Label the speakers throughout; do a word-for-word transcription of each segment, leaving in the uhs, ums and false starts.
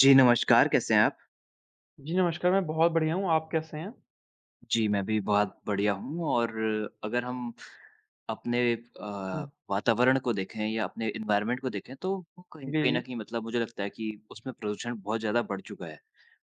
Speaker 1: जी, नमस्कार, कैसे हैं आप?
Speaker 2: जी, नमस्कार, मैं बहुत बढ़िया हूँ, आप कैसे हैं?
Speaker 1: जी, मैं भी बहुत बढ़िया हूँ और अगर हम अपने
Speaker 2: हुँ,
Speaker 1: अ, वातावरण को देखें या अपने एनवायरनमेंट को देखें, तो वो
Speaker 2: जी,
Speaker 1: कहीं कहीं न
Speaker 2: जी।
Speaker 1: कहीं मतलब मुझे लगता है कि उसमें प्रदूषण बहुत ज़्यादा बढ़ चुका है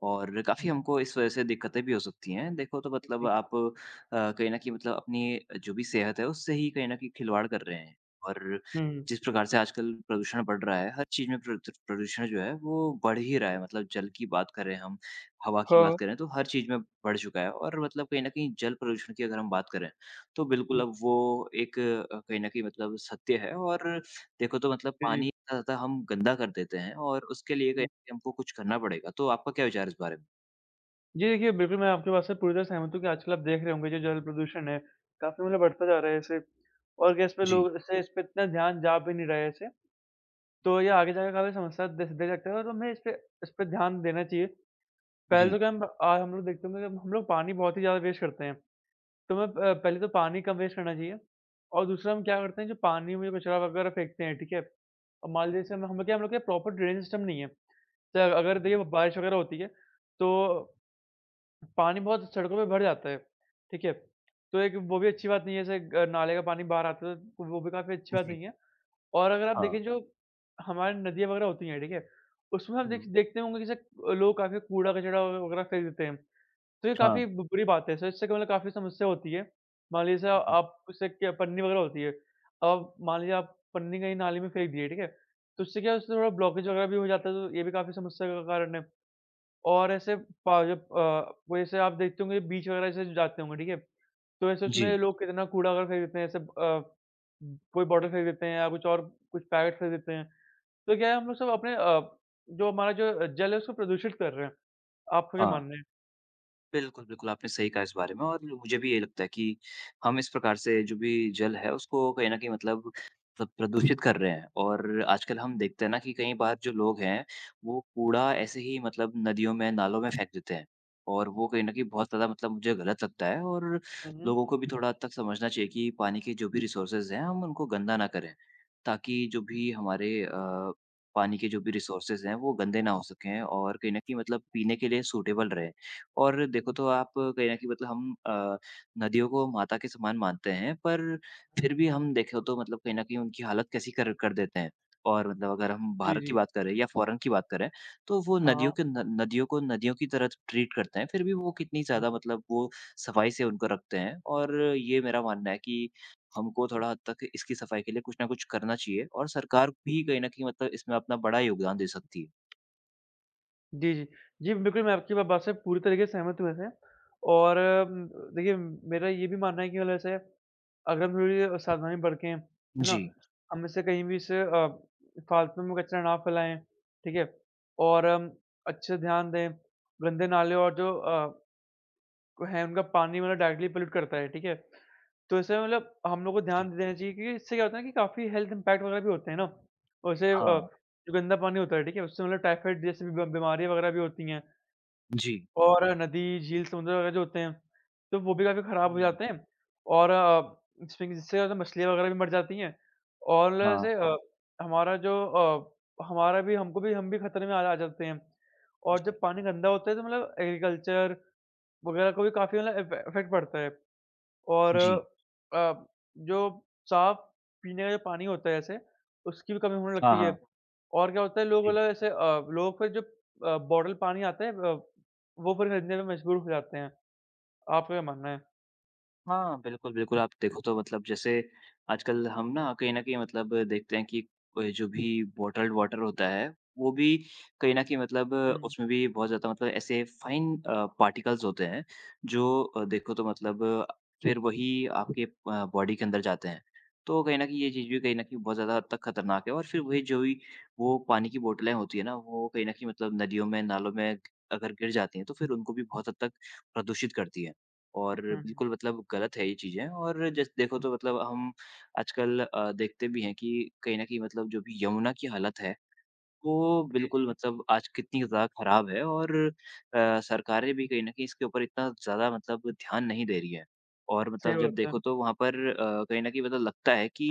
Speaker 1: और
Speaker 2: हुँ,
Speaker 1: काफ़ी
Speaker 2: हुँ,
Speaker 1: हमको इस वजह से दिक्कतें भी हो सकती हैं। देखो तो मतलब
Speaker 2: जी।
Speaker 1: आप अ, कहीं न कहीं मतलब अपनी जो भी सेहत है, उससे ही कहीं न कहीं खिलवाड़ कर रहे हैं और
Speaker 2: हुँ,
Speaker 1: जिस प्रकार से आजकल प्रदूषण बढ़ रहा है, हर चीज़ में प्रदू प्रदूषण जो है, वो बढ़ ही रहा है। मतलब जल की बात करें हम हवा की बात
Speaker 2: हाँ,
Speaker 1: करें तो हर चीज़ में बढ़ चुका है और मतलब कहीं न कहीं जल प्रदूषण की अगर हम बात करें, तो बिल्कुल
Speaker 2: हुँ,
Speaker 1: अब वो एक अ, कहीं न कहीं मतलब सत्य है और देखो तो मतलब
Speaker 2: जी,
Speaker 1: पानी इतना ज़्यादा हम गंदा कर देते हैं और उसके लिए कहीं न
Speaker 2: हुँ।
Speaker 1: कहीं हमको कुछ करना पड़ेगा। तो आपका क्या विचार है इस बारे में?
Speaker 2: जी, देखिए, बिल्कुल मैं आपकी बात से पूरी तरह सहमत हूँ कि आजकल आप देख रहे होंगे जो जल प्रदूषण है, काफ़ी मतलब बढ़ता जा रहा है ऐसे। और क्या इस पे
Speaker 1: जी,
Speaker 2: लोग ऐसे इस पे इतना ध्यान जा भी नहीं रहे हैं ऐसे, तो ये आगे जाके काफ़ी समस्या दे दे सकता है और हमें इस पे इस पे ध्यान देना चाहिए। पहले
Speaker 1: जी।
Speaker 2: तो क्या हम अ, हम लोग देखते होंगे, हम लोग पानी बहुत ही ज़्यादा वेस्ट करते हैं, तो हमें
Speaker 1: हाँ।
Speaker 2: प पहले तो पानी कम वेस्ट करना चाहिए। और दूसरा हम क्या करते हैं, जो पानी में कचरा वगैरह फेंकते हैं, ठीक है? अब मान लीजिए जैसे हम हम क्या हम लोग के प्रॉपर ड्रेनेज सिस्टम नहीं है। तो अगर
Speaker 1: जी,
Speaker 2: देखिए
Speaker 1: जी,
Speaker 2: बारिश वगैरह होती है, तो पानी बहुत सड़कों पे भर जाता है, ठीक है? तो एक वो भी अच्छी बात नहीं है, जैसे ग नाले का पानी बाहर आता है तो वो भी काफ़ी अच्छी बात
Speaker 1: जी।
Speaker 2: नहीं है। और अगर आप
Speaker 1: हाँ।
Speaker 2: देखें जो हमारी नदियाँ वगैरह होती हैं, ठीक है? उसमें हम देख
Speaker 1: हुँ।
Speaker 2: देखते होंगे कि जैसे लोग काफ़ी कूड़ा-कचरा वगैरह फेंक देते हैं। तो ये
Speaker 1: हाँ।
Speaker 2: काफ़ी बु बुरी बात है। सो इससे क्या मतलब काफ़ी समस्या होती है। मान लीजिए जैसे
Speaker 1: जी,
Speaker 2: आप उससे क्या पन्नी वगैरह होती है। अब मान लीजिए आप पन्नी कहीं नाली में फेंक दिए, ठीक है? तो उससे क्या है, उससे थोड़ा ब्लॉकेज वगैरह भी हो जाता है तो ये भी काफ़ी समस्या का कारण है। और ऐसे पा जब अ, वो ऐसे आप देखते होंगे बीच वगैरह से जाते होंगे, ठीक है? तो ऐसे
Speaker 1: जी।
Speaker 2: उसमें लोग कितना कूड़ा वगैरह फेंक देते हैं ऐसे, अ, कोई बॉटल फेंक देते हैं या कुछ और कुछ पैकेट फेंक देते हैं। तो क्या है, हम लोग सब अपने अ, जो हमारा जो जल है उसको प्रदूषित कर रहे हैं। आपका क्या
Speaker 1: हाँ।
Speaker 2: मानना है?
Speaker 1: बिल्कुल, बिल्कुल, आपने सही कहा इस बारे में और मुझे भी यही लगता है कि हम इस प्रकार से जो भी जल है उसको कहीं न कहीं मतलब प्र प्रदूषित कर रहे हैं और आजकल हम देखते हैं ना कि कई बार जो लोग हैं, वो कूड़ा ऐसे ही मतलब नदियों में, नालों में फेंक देते हैं और वो कहीं न कहीं बहुत ज़्यादा मतलब मुझे गलत लगता है और
Speaker 2: हुँ, हुँ।
Speaker 1: लोगों को भी थोड़ा हद तक समझना चाहिए कि पानी के जो भी रिसोर्सेज़ हैं, हम उनको गंदा ना करें, ताकि जो भी हमारे अ, पानी के जो भी रिसोर्सेज़ हैं, वो गंदे ना हो सकें और कहीं न कहीं मतलब पीने के लिए सूटेबल रहें। और देखो तो आप कहीं न कहीं मतलब हम अ, नदियों को माता के समान मानते हैं, पर
Speaker 2: हुँ।
Speaker 1: फिर भी हम देखें तो मतलब कहीं न कहीं उनकी हालत कैसी कर कर देते हैं। और मतलब अगर हम
Speaker 2: जी,
Speaker 1: भारत की
Speaker 2: जी।
Speaker 1: बात करें या फ़ॉरेन की बात करें, तो वो
Speaker 2: हाँ।
Speaker 1: नदियों के न नदियों को नदियों की तरह ट्रीट करते हैं, फिर भी वो कितनी
Speaker 2: हुँ,
Speaker 1: ज़्यादा
Speaker 2: हुँ।
Speaker 1: मतलब वो सफाई से उनको रखते हैं। और ये मेरा मानना है कि हमको थोड़ा हद तक इसकी सफाई के लिए कुछ न कुछ करना चाहिए और सरकार भी कहीं न कहीं मतलब इसमें अपना बड़ा योगदान दे सकती है।
Speaker 2: जी, जी। जी, बिल्कुल, मैं आपकी बात से पूरी तरीके से सहमत हूँ वैसे। और उम, देखिए, मेरा ये भी मानना है कि मतलब ऐसे अगर हम थोड़ी सावधानी बरतें, है
Speaker 1: जी।
Speaker 2: ना? हम इससे कहीं भी इससे अ, फालतू में कचरा ना फैलाएँ, ठीक है? और हम अच्छे ध्यान दें, गंदे नाले और जो अ, हैं उनका पानी मतलब डायरेक्टली पॉल्यूट करता है, ठीक है? तो ऐसे मतलब हम लोग को ध्यान
Speaker 1: जी।
Speaker 2: देना चाहिए, क्योंकि इससे क्या होता है ना कि काफ़ी हेल्थ इम्पैक्ट वगैरह भी होते हैं ना। और जैसे अ,
Speaker 1: हाँ,
Speaker 2: जो गंदा पानी होता है, ठीक है? उससे मतलब टाइफाइड जैसी बी बीमारियाँ वगैरह भी होती हैं।
Speaker 1: जी। जी।
Speaker 2: और नदी, झील, समुद्र वगैरह जो होते हैं, तो वो भी काफ़ी ख़राब हो
Speaker 1: हुँ।
Speaker 2: जाते हैं और अ, जिसमें कि जिससे ज़्यादा मछलियाँ वगैरह भी मर जाती हैं। और मतलब
Speaker 1: हाँ।
Speaker 2: जैसे अ, हमारा जो अ, हमारा भी हमको भी हम भी खतरे में आ आ जाते हैं। और जब
Speaker 1: जी,
Speaker 2: पानी गंदा होता है तो मतलब एग्रीकल्चर वगैरह को भी काफ़ी मतलब इफ़े इफ़ेक्ट पड़ता है। और
Speaker 1: जी।
Speaker 2: अ, जो साफ पीने का जो पानी होता है जैसे, उसकी भी कमी होने
Speaker 1: हाँ,
Speaker 2: लगती है।
Speaker 1: हाँ।
Speaker 2: और क्या होता है, लोग
Speaker 1: जी।
Speaker 2: मतलब ऐसे, अ, लोग फिर जो अ, बॉटल पानी आता है, अ, वो फिर खरीदने में मजबूर हो जाते हैं। आपका क्या मानना है?
Speaker 1: हाँ, बिल्कुल, बिल्कुल। आप देखो तो मतलब जैसे आजकल हम ना कहीं न कहीं मतलब देखते हैं कि अ, जो भी बॉटल्ड वाटर होता है, वो भी कहीं न कहीं मतलब
Speaker 2: हुँ,
Speaker 1: उसमें भी बहुत ज़्यादा मतलब ऐसे फाइन अ, पार्टिकल्स होते हैं जो अ, देखो तो मतलब फिर वही आपके अ, बॉडी के अंदर जाते हैं। तो कहीं न कहीं ये चीज़ भी कहीं न कहीं बहुत ज़्यादा हद तक खतरनाक है और फिर वही जो ही वो पानी की बोतलें होती है ना, वो कहीं न कहीं मतलब नदियों में, नालों में अगर गिर जाती हैं, तो फिर उनको भी बहुत हद तक प्रदूषित करती है। और
Speaker 2: हुँ, हुँ।
Speaker 1: बिल्कुल मतलब गलत है ये चीज़ें और जैसे देखो तो मतलब हम आजकल अ, देखते भी हैं कि कहीं न कहीं मतलब जो भी यमुना की हालत है, वो
Speaker 2: जी,
Speaker 1: बिल्कुल
Speaker 2: जी।
Speaker 1: मतलब आज कितनी ज़्यादा खराब है और अ, सरकारें भी कहीं न कहीं इसके ऊपर इतना ज़्यादा मतलब ध्यान नहीं दे रही हैं। और
Speaker 2: सही
Speaker 1: मतलब जब
Speaker 2: बात है।
Speaker 1: देखो तो वहाँ पर अ, कहीं न कहीं मतलब लगता है कि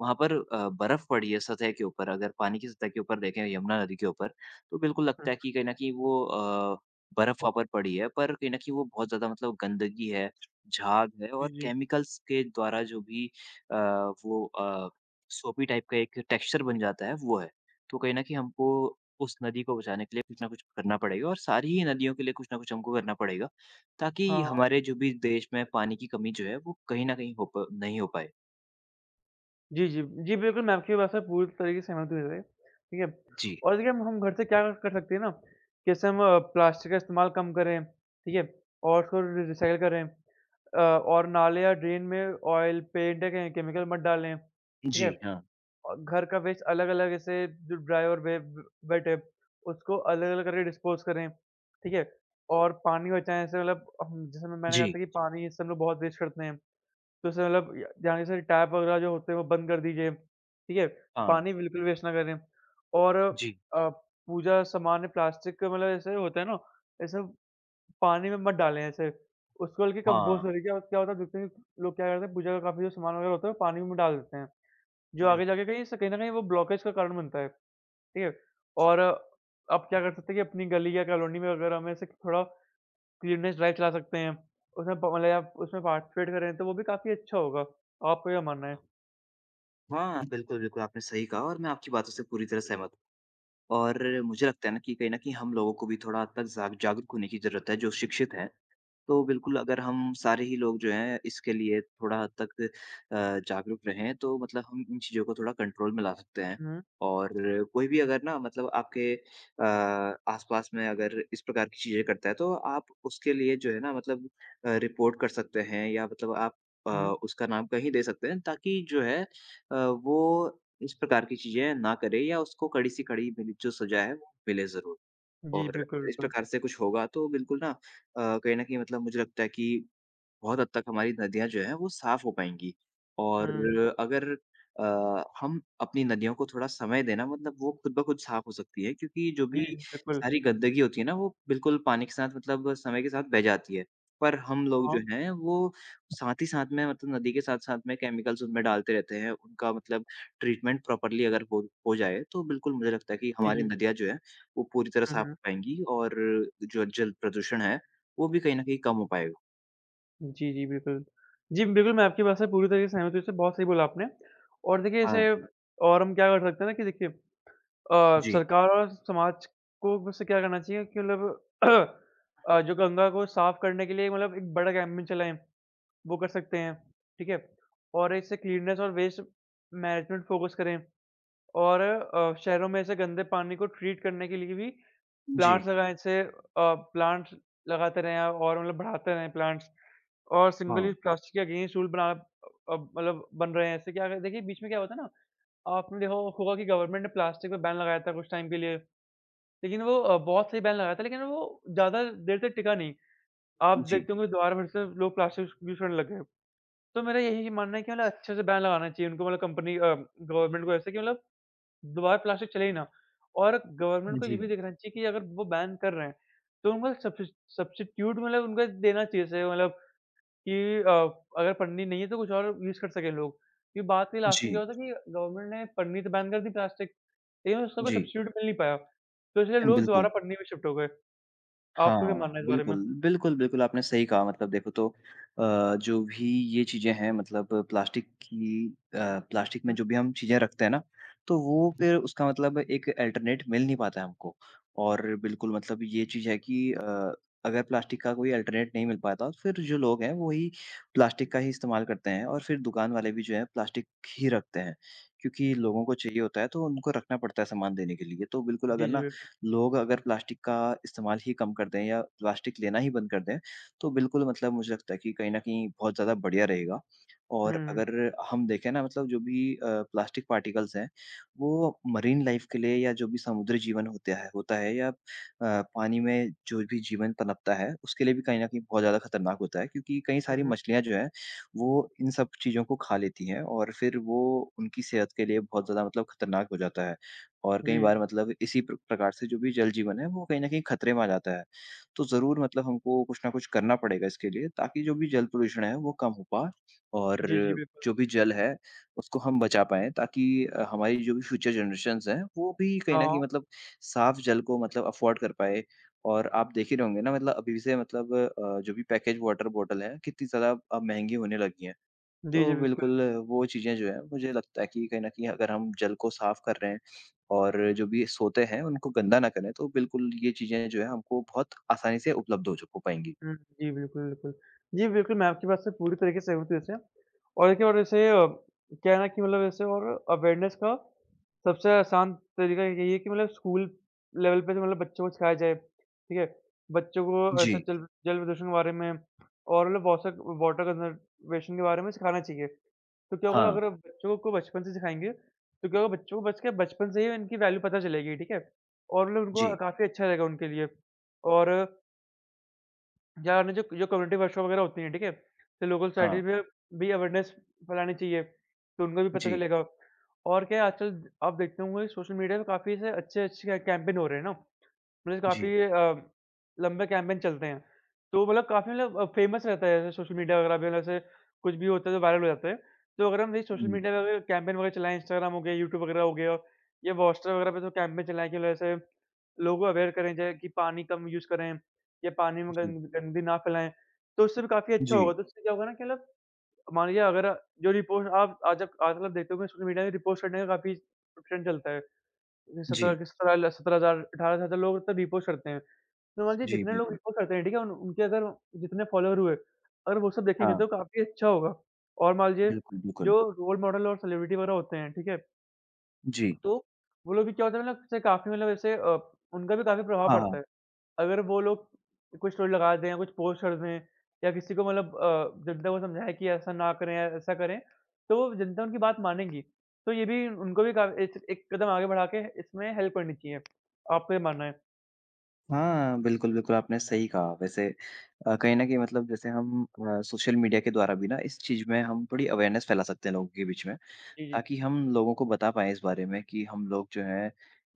Speaker 1: वहाँ पर अ, बर्फ़ पड़ी है सतह के ऊपर, अगर पानी की सतह के ऊपर देखें यमुना नदी के ऊपर, तो बिल्कुल
Speaker 2: हुँ।
Speaker 1: लगता है कि कहीं न कहीं वो अ, बर्फ़ वहाँ पर पड़ी है, पर कहीं न कहीं वो बहुत ज़्यादा मतलब गंदगी है, झाग है
Speaker 2: जी,
Speaker 1: और
Speaker 2: जी।
Speaker 1: केमिकल्स के द्वारा जो भी अ, वो अ, सोपी टाइप का एक टेक्सचर बन जाता है, वो है। तो कहीं न कहीं हमको उस नदी को बचाने के लिए कुछ ना कुछ करना पड़ेगा और सारी ही नदियों के लिए कुछ ना कुछ हमको करना पड़ेगा, ताकि
Speaker 2: हाँ। हाँ।
Speaker 1: हमारे जो भी देश में पानी की कमी जो है वो कहीं न कहीं हो प नहीं हो पाए।
Speaker 2: जी, जी। जी, बिल्कुल, मैं आपकी बात से पूरी तरीके से सहमत हूँ वैसे, ठीक है?
Speaker 1: जी।
Speaker 2: और देखिए, हम हम घर से क्या कर सकते हैं ना, कि जैसे हम अ, प्लास्टिक का इस्तेमाल कम करें, ठीक है? और उसको रि रिसाइकिल करें, अ, और नाले या ड्रेन में ऑयल, पेंट या के केमिकल मत डालें, ठीक
Speaker 1: जी,
Speaker 2: है?
Speaker 1: हाँ।
Speaker 2: और घर का वेस्ट अलग-अलग, जैसे जो ड्राई और वे व वेट है, उसको अलग-अलग करके डिस्पोज़ करें, ठीक है? और पानी बचाएँ, जैसे मतलब हम जैसे मैंने कहा था
Speaker 1: जी,
Speaker 2: कि पानी जैसे हम लोग बहुत वेस्ट करते हैं। तो इससे मतलब य ध्यान से टैप वगैरह जो होते हैं वो बंद कर दीजिए, ठीक है?
Speaker 1: हाँ।
Speaker 2: पानी बिल्कुल वेस्ट ना करें, और
Speaker 1: जी,
Speaker 2: अ, पूजा सामान प्लास्टिक का मतलब ऐसे होता है ना, ऐसे पानी में मत डालें ऐसे, उसको बल्कि
Speaker 1: हाँ,
Speaker 2: कंपोस्ट करें। क्या क्या होता है, जितने लोग क्या करते हैं पूजा का काफ़ी जो सामान वगैरह होता है वो पानी में डाल देते हैं, जो आगे
Speaker 1: बिल्कुल।
Speaker 2: जाके कहीं से कहीं न कहीं वो ब्लॉकेज का कारण बनता है, ठीक है?
Speaker 1: जी,
Speaker 2: और अ, आप क्या कर सकते हैं कि अपनी गली या कॉलोनी में अगर हमें ऐसे थोड़ा क्लीननेस ड्राइव चला सकते हैं। उसमें प मतलब आप उसमें पार्टिसिपेट करें तो वो भी काफ़ी अच्छा होगा। आपका क्या मानना है?
Speaker 1: हाँ। हाँ, बिल्कुल, बिल्कुल, आपने सही कहा और मैं आपकी बातों से पूरी तरह सहमत हूँ और मुझे
Speaker 2: हुँ,
Speaker 1: लगता है ना कि कहीं न कहीं हम लोगों को भी थोड़ा हद तक जाग जागरूक होने की ज़रूरत है जो शिक्षित हैं। तो बिल्कुल अगर हम सारे ही लोग जो हैं इसके लिए थोड़ा हद तक अ, जागरूक रहें तो मतलब हम इन चीज़ों को थोड़ा कंट्रोल में ला सकते हैं।
Speaker 2: हुँ,
Speaker 1: और कोई भी
Speaker 2: जी।
Speaker 1: अगर ना मतलब आपके अ, आस-पास में अगर इस प्रकार की चीज़ें करता है तो आप उसके लिए जो है ना मतलब अ, रिपोर्ट कर सकते हैं या मतलब आप अ,
Speaker 2: हुँ,
Speaker 1: उसका नाम कहीं दे सकते हैं ताकि जो है अ, वो इस प्रकार की चीज़ें ना करे या उसको कड़ी से कड़ी मिली जो सज़ा है वो मिले ज़रूर।
Speaker 2: जी,
Speaker 1: और
Speaker 2: बिल्कुल,
Speaker 1: इस
Speaker 2: बिल्कुल।
Speaker 1: प्रकार से कुछ होगा तो बिल्कुल ना अ, कहीं न कहीं मतलब मुझे लगता है कि बहुत हद तक हमारी नदियाँ जो हैं वो साफ़ हो पाएँगी। और
Speaker 2: हुँ,
Speaker 1: अगर अ, हम अपनी नदियों को थोड़ा समय देना मतलब वो खुद ब खुद साफ़ हो सकती है क्योंकि जो
Speaker 2: जी,
Speaker 1: भी
Speaker 2: जी, बिल्कुल।
Speaker 1: सारी गंदगी होती है ना वो बिल्कुल पानी के साथ मतलब समय के साथ बह जाती है। पर हम लोग जो
Speaker 2: हाँ,
Speaker 1: हैं वो साथ ही साथ में मतलब नदी के साथ-साथ में केमिकल्स उनमें डालते रहते हैं। उनका मतलब ट्रीटमेंट प्रॉपर्ली अगर हो हो जाए तो बिल्कुल मुझे लगता है कि
Speaker 2: जी,
Speaker 1: हमारी
Speaker 2: जी।
Speaker 1: नदियाँ जो हैं वो पूरी तरह
Speaker 2: हुँ,
Speaker 1: साफ़
Speaker 2: हुँ।
Speaker 1: हो पाएँगी और जो जल प्रदूषण है वो भी कहीं न कहीं कम हो पाएगा।
Speaker 2: जी, जी, बिल्कुल। जी, बिल्कुल, मैं आपकी बात से पूरी तरीके से सहमत हूँ, इससे बहुत सही बोला आपने। और देखिए
Speaker 1: हाँ।
Speaker 2: इसे, और हम क्या कर सकते हैं ना, कि देखिए अ,
Speaker 1: जी,
Speaker 2: सरकार और समाज को वैसे क्या करना चाहिए कि मतलब अ, जो गंगा को साफ करने के लिए मतलब एक बड़ा कैंपेन चलाएँ। वो कर सकते हैं, ठीक है? और इससे क्लीननेस और वेस्ट मैनेजमेंट फ़ोकस करें, और अ, शहरों में ऐसे गंदे पानी को ट्रीट करने के लिए भी
Speaker 1: जी,
Speaker 2: प्लांट्स लगाएँ। इससे अ, प्लांट्स लगाते रहें और मतलब बढ़ाते रहें प्लांट्स। और सिंगल
Speaker 1: हाँ,
Speaker 2: यूज़ प्लास्टिक के अगेंस्ट रूल बना अ, मतलब बन रहे हैं। इससे क्या है, देखिए, बीच में क्या होता है ना, आपने देखा हो होगा कि गवर्नमेंट ने प्लास्टिक पे बैन लगाया था कुछ टाइम के लिए, लेकिन वो अ, बहुत सही बैन लगाया था लेकिन वो ज़्यादा देर तक टिका नहीं। आप
Speaker 1: जी,
Speaker 2: देखते होंगे दोबारा फिर से लोग प्लास्टिक यूज़ करने लग गए। तो मेरा यही मानना है कि मतलब अच्छे से बैन लगाना चाहिए उनको, मतलब कंपनी, अ, गवर्नमेंट को ऐसे कि मतलब दोबारा प्लास्टिक चले ही ना। और गवर्नमेंट को ये
Speaker 1: जी,
Speaker 2: भी देखना चाहिए कि अगर वो बैन कर रहे हैं, तो उनको सब्सिस सब्स्टिट्यूट मतलब उनको देना चाहिए, जैसे मतलब कि अ, अगर पन्नी नहीं है तो कुछ और यूज़ कर सकें लोग। ये बात के लास्ट में क्या
Speaker 1: जी,
Speaker 2: होता है कि गवर्नमेंट ने पन्नी तो बैन कर दी प्लास्टिक, लेकिन उसका कोई
Speaker 1: जी,
Speaker 2: सब्स्टिट्यूट मिल नहीं पाया। तो इसलिए लोग दोबारा
Speaker 1: बिल्कुल।
Speaker 2: पन्नी में शिफ्ट हो गए। आपका क्या
Speaker 1: हाँ,
Speaker 2: मानना है इस बारे में?
Speaker 1: बिल्कुल, बिल्कुल, बिल्कुल आपने सही कहा मतलब देखो तो अ, जो भी ये चीज़ें हैं मतलब प्लास्टिक की अ, प्लास्टिक में
Speaker 2: हुँ।
Speaker 1: जो भी हम चीज़ें रखते हैं ना, तो वो फिर उसका मतलब एक अल्टरनेट मिल नहीं पाता है हमको। और बिल्कुल मतलब ये चीज़ है कि अ, अगर प्लास्टिक का कोई अल्टरनेट नहीं मिल पाता फिर जो लोग हैं वही प्लास्टिक का ही इस्तेमाल करते हैं और फिर दुकान वाले भी जो है प्लास्टिक ही रखते हैं। क्योंकि लोगों को चाहिए होता है तो उनको रखना पड़ता है सामान देने के लिए। तो बिल्कुल
Speaker 2: जी,
Speaker 1: अगर
Speaker 2: जी,
Speaker 1: ना
Speaker 2: बिल्कुल।
Speaker 1: लोग अगर प्लास्टिक का इस्तेमाल ही कम कर दें या प्लास्टिक लेना ही बंद कर दें, तो बिल्कुल मतलब मुझे लगता है कि कहीं न कहीं बहुत ज़्यादा बढ़िया रहेगा।
Speaker 2: हुँ,
Speaker 1: और
Speaker 2: हुँ।
Speaker 1: अगर हम देखें ना मतलब जो भी अ, प्लास्टिक पार्टिकल्स हैं, वो मरीन लाइफ़ के लिए या जो भी समुद्री जीवन होता है होता है या अ, पानी में जो भी जीवन पनपता है, उसके लिए भी कहीं न कहीं बहुत ज़्यादा खतरनाक होता है क्योंकि कई
Speaker 2: हुँ,
Speaker 1: सारी
Speaker 2: हुँ।
Speaker 1: मछलियाँ जो हैं, वो इन सब चीज़ों को खा लेती हैं और फिर वो उनकी सेहत के लिए बहुत ज़्यादा मतलब खतरनाक हो जाता है। और कई
Speaker 2: जी,
Speaker 1: बार
Speaker 2: जी।
Speaker 1: मतलब इसी प्र प्रकार से जो भी जल जीवन है, वो कहीं न कहीं खतरे में आ जाता है। तो ज़रूर मतलब हमको कुछ न कुछ करना पड़ेगा इसके लिए ताकि जो भी जल प्रदूषण है, वो कम हो पाए और
Speaker 2: जी, जी, बिल्कुल।
Speaker 1: जो भी जल है, उसको हम बचा पाएँ ताकि अ, हमारी जो भी फ्यूचर जनरेशंस हैं, वो भी कहीं
Speaker 2: हाँ,
Speaker 1: न कहीं
Speaker 2: हाँ।
Speaker 1: मतलब साफ़ जल को मतलब अफ़ोर्ड कर पाएँ। और आप देख ही रहे होंगे ना मतलब अभी से मतलब अ, जो भी पैकेज वाटर बॉटल है, कितनी ज़्यादा अब महँगी होने लगी हैं।
Speaker 2: जी, जी,
Speaker 1: तो
Speaker 2: बिल्कुल।
Speaker 1: बिल्कुल वो चीज़ें जो हैं, मुझे लगता है कि कहीं न कहीं अगर हम जल को साफ़ कर रहे हैं और जो भी सोते हैं उनको गंदा ना करें, तो बिल्कुल ये चीज़ें जो है हमको बहुत आसानी से उपलब्ध हो ज हो पाएँगी।
Speaker 2: हुँ, जी, बिल्कुल, बिल्कुल। जी, बिल्कुल, मैं आपकी बात से पूरी तरीके से सहमत हूँ वैसे। और देखिए, और जैसे अ, क्या है ना कि मतलब जैसे, और अवेयरनेस का सबसे आसान तरीका यही है कि मतलब स्कूल लेवल पे तो मतलब बच्चों को सिखाया जाए, ठीक है? बच्चों को
Speaker 1: जी।
Speaker 2: ऐसे जल जल प्रदूषण के बारे में और मतलब वॉसर वाटर कंज़र्वेशन के बारे में सिखाना चाहिए। तो क्या होगा
Speaker 1: हाँ।
Speaker 2: अगर बच्चों को बचपन से सिखाएँगे, तो क्या होगा, बच्चों को बच के बचपन से ही इनकी वैल्यू पता चलेगी, ठीक है? और मतलब उनको
Speaker 1: जी।
Speaker 2: काफ़ी अच्छा रहेगा, उनके लिए। और या न जो जो कम्युनिटी वर्कशॉप वगैरह होती हैं, ठीक है? तो लोकल सोसाइटी
Speaker 1: हाँ।
Speaker 2: में भी अवेयरनेस फैलानी चाहिए, तो उनको भी पता
Speaker 1: जी।
Speaker 2: चलेगा। और क्या है, आजकल आप देखते होंगे सोशल मीडिया पे काफ़ी ऐसे अच्छे-अच्छे कै कैंपेन हो रहे हैं ना, मतलब
Speaker 1: जी।
Speaker 2: काफ़ी अ, लंबे कैंपेन चलते हैं। तो मतलब काफ़ी मतलब अ, फेमस रहता है ऐसे सोशल मीडिया वगैरह पे, वैसे कुछ भी होता है तो वायरल हो जाता है। तो अगर हम ये सोशल
Speaker 1: हुँ।
Speaker 2: मीडिया पे अगर कैंपेन वगैरह चलाएँ, इंस्टाग्राम हो गया, यूट्यूब वगैरह हो गया या व्हाट्सएप वगैरह पे, तो कैंपेन चलाएँ कि मतलब ऐसे लोगों को अवेयर करें, जैसे कि पानी कम यूज़ करें या पानी में
Speaker 1: जी।
Speaker 2: गंद गंदगी ना फैलाएँ, तो उससे भी काफ़ी अच्छा होगा।
Speaker 1: जी।
Speaker 2: तो उससे क्या होगा ना कि मतलब मान लीजिए अगर जो रिपोर्ट आप आज आप आजकल आप देखते होंगे सोशल मीडिया में रिपोस्ट करने का काफ़ी ट्रेंड चलता है।
Speaker 1: जी।
Speaker 2: सत्रह सत्रह सत्रह हज़ार अठारह हज़ार लोग तो रिपोस्ट करते हैं। तो मान लीजिए
Speaker 1: जी,
Speaker 2: जितने लोग
Speaker 1: बिल्कुल।
Speaker 2: रिपोस्ट करते हैं, ठीक है? उन उनके अगर जितने फॉलोवर हुए, अगर वो सब देखेंगे
Speaker 1: हाँ।
Speaker 2: तो काफ़ी अच्छा होगा। और मान लीजिए
Speaker 1: बिल्कुल, बिल्कुल।
Speaker 2: जो रोल मॉडल और सेलिब्रिटी वगैरह होते हैं, ठीक है?
Speaker 1: जी।
Speaker 2: तो वो लोग भी क्या होता है मतलब से काफ़ी मतलब ऐसे, अ, उनका भी काफ़ी प्रभाव
Speaker 1: हाँ,
Speaker 2: पड़ता
Speaker 1: हाँ।
Speaker 2: है। अगर वो लोग कोई स्टोरी लगा दें या कुछ पोस्ट कर दें, या किसी को मतलब अ, जनता को समझाएँ कि ऐसा ना करें या ऐसा करें, तो वो जनता उनकी बात मानेगी। तो ये भी उनको भी का एक एक कदम आगे बढ़ा के इसमें हेल्प करनी चाहिए। आपका क्या मानना है?
Speaker 1: हाँ, बिल्कुल, बिल्कुल आपने सही कहा वैसे अ, कहीं न कहीं मतलब जैसे हम अ, सोशल मीडिया के द्वारा भी ना इस चीज़ में हम थोड़ी अवेयरनेस फैला सकते हैं लोगों के बीच में।
Speaker 2: जी, जी।
Speaker 1: ताकि हम लोगों को बता पाएँ इस बारे में कि हम लोग जो हैं,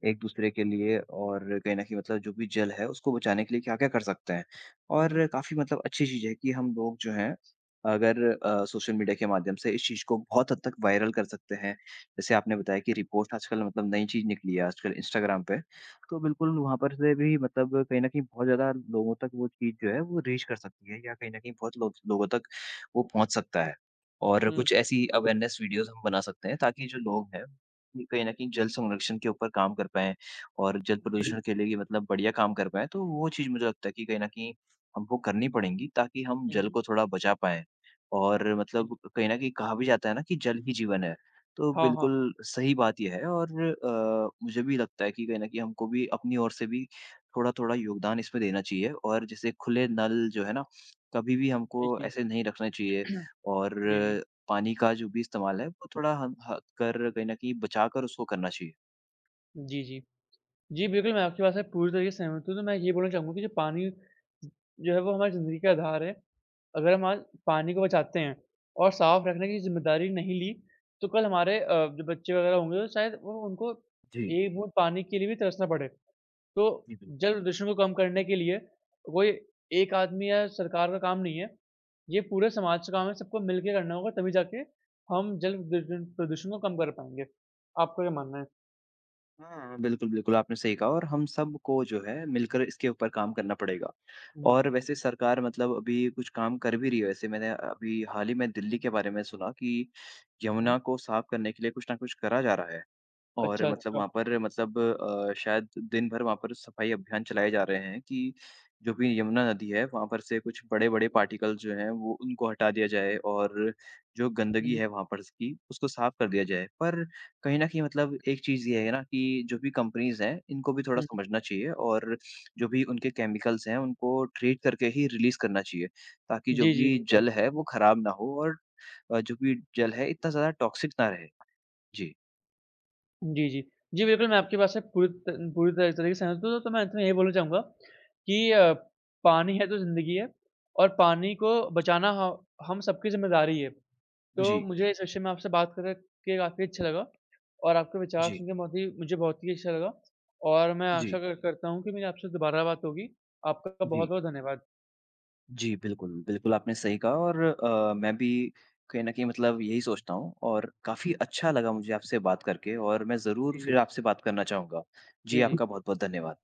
Speaker 1: एक-दूसरे के लिए और कहीं न कहीं मतलब जो भी जल है, उसको बचाने के लिए क्या-क्या कर सकते हैं।
Speaker 2: हुँ, हुँ।
Speaker 1: और काफ़ी मतलब अच्छी चीज़ है कि हम लोग जो हैं, अगर अ, सोशल मीडिया के माध्यम से इस चीज़ को बहुत हद तक वायरल कर सकते हैं। जैसे आपने बताया कि रिपोस्ट आजकल मतलब नई चीज़ निकली है आजकल इंस्टाग्राम पे, तो बिल्कुल वहाँ पर से भी मतलब कहीं न कहीं बहुत ज़्यादा लोगों तक वो चीज़ जो है, वो रीच कर सकती है या कहीं न कहीं बहुत लोग लोगों तक वो पहुँच सकता है। और
Speaker 2: हुँ,
Speaker 1: कुछ ऐसी अवेयरनेस वीडियोस हम बना सकते हैं ताकि जो लोग हैं ये कहीं न कहीं जल संरक्षण के ऊपर काम कर पाएँ और जल
Speaker 2: जी, जी।
Speaker 1: प्रदूषण के लिए भी मतलब बढ़िया काम कर पाएँ। तो वो चीज़ मुझे लगता है कि कहीं न कहीं हमको करनी पड़ेंगी ताकि हम
Speaker 2: हुँ,
Speaker 1: जल
Speaker 2: हुँ,
Speaker 1: को थोड़ा बचा पाएँ। और
Speaker 2: जी।
Speaker 1: मतलब कहीं न कहीं कहा भी जाता है ना कि जल ही जीवन है। तो
Speaker 2: हाँ, हाँ।
Speaker 1: बिल्कुल सही बात ये है और अ, मुझे भी लगता है कि कहीं न कहीं हमको भी अपनी ओर से भी थोड़ा-थोड़ा योगदान इसमें देना चाहिए और जैसे खुले नल जो है ना, कभी भी
Speaker 2: जी,
Speaker 1: हमको
Speaker 2: जी।
Speaker 1: ऐसे नहीं रखने चाहिए और
Speaker 2: जी, जी।
Speaker 1: पानी का जो भी इस्तेमाल है वो थोड़ा हम हद कर कहीं न कहीं बचा कर
Speaker 2: हुँ।
Speaker 1: उसको करना चाहिए।
Speaker 2: जी, जी। जी, बिल्कुल मैं आपकी बात से पूरी तरीके से सहमत हूँ, तो मैं ये बोलना चाहूँगा कि जो पानी जो है वो हमारी ज़िंदगी का आधार है। अगर हम आज पानी को बचाते हैं और साफ रखने की जिम्मेदारी नहीं ली, तो कल हमारे अ, जो बच्चे वगैरह होंगे तो शायद वो उनको
Speaker 1: जी,
Speaker 2: एक बूँद पानी के लिए भी तरसना पड़े। तो
Speaker 1: जी, बिल्कुल।
Speaker 2: जल प्रदूषण को कम करने के लिए कोई एक आदमी या सरकार का काम नहीं है, ये पूरे समाज का काम है, सबको मिल के करना होगा, तभी जाके हम जल प्रदूषण प्रदूषण को कम कर पाएँगे। आपका क्या मानना है?
Speaker 1: हाँ, बिल्कुल, बिल्कुल आपने सही कहा और हम सबको जो है मिलकर इसके ऊपर काम करना पड़ेगा।
Speaker 2: हुँ,
Speaker 1: और वैसे सरकार मतलब अभी कुछ काम कर भी रही है वैसे मैंने अभी हाल ही में दिल्ली के बारे में सुना कि
Speaker 2: हुँ।
Speaker 1: यमुना को साफ करने के लिए कुछ ना कुछ करा जा रहा है। और
Speaker 2: अच्छा,
Speaker 1: मतलब
Speaker 2: अच्छा।
Speaker 1: वहाँ पर मतलब अ, शायद दिन भर वहाँ पर सफाई अभियान चलाए जा रहे हैं कि जो भी यमुना नदी है वहाँ पर से कुछ बड़े-बड़े पार्टिकल्स जो हैं वो उनको हटा दिया जाए और जो गंदगी
Speaker 2: हुँ,
Speaker 1: है वहाँ पर की उसको साफ कर दिया जाए। पर कहीं न कहीं मतलब एक चीज़ ये है ना कि जो भी कंपनीज़ हैं इनको भी थोड़ा
Speaker 2: हुँ।
Speaker 1: समझना चाहिए और जो भी उनके केमिकल्स हैं उनको ट्रीट करके ही रिलीज़ करना चाहिए ताकि जो
Speaker 2: जी, जी,
Speaker 1: भी
Speaker 2: बिल्कुल।
Speaker 1: जल है वो ख़राब ना हो और अ, जो भी जल है इतना ज़्यादा टॉक्सिक ना रहे। जी,
Speaker 2: जी, जी। जी, बिल्कुल, मैं आपकी बात से पूरी त पूरी तरह तरीके से सहमत हूँ, तो तो मैं अंत में यही बोलना चाहूँगा कि अ, पानी है तो ज़िंदगी है, और पानी को बचाना ह हम सबकी ज़िम्मेदारी है। तो
Speaker 1: जी,
Speaker 2: मुझे इस विषय में आपसे बात कर के काफ़ी अच्छा लगा और आपके विचार
Speaker 1: जी,
Speaker 2: सुन के बहुत ही मुझे बहुत ही अच्छा लगा, और मैं आशा
Speaker 1: जी।
Speaker 2: कर करता हूँ कि मेरी आपसे दोबारा बात होगी। आपका
Speaker 1: जी।
Speaker 2: बहुत-बहुत धन्यवाद।
Speaker 1: जी, बिल्कुल, बिल्कुल आपने सही कहा और अ, मैं भी कहीं न कहीं मतलब यही सोचता हूँ और काफ़ी अच्छा लगा मुझे आपसे बात करके और मैं ज़रूर
Speaker 2: जी, जी।
Speaker 1: फिर आपसे बात करना चाहूँगा। जी,
Speaker 2: जी, जी।
Speaker 1: आपका बहुत-बहुत धन्यवाद।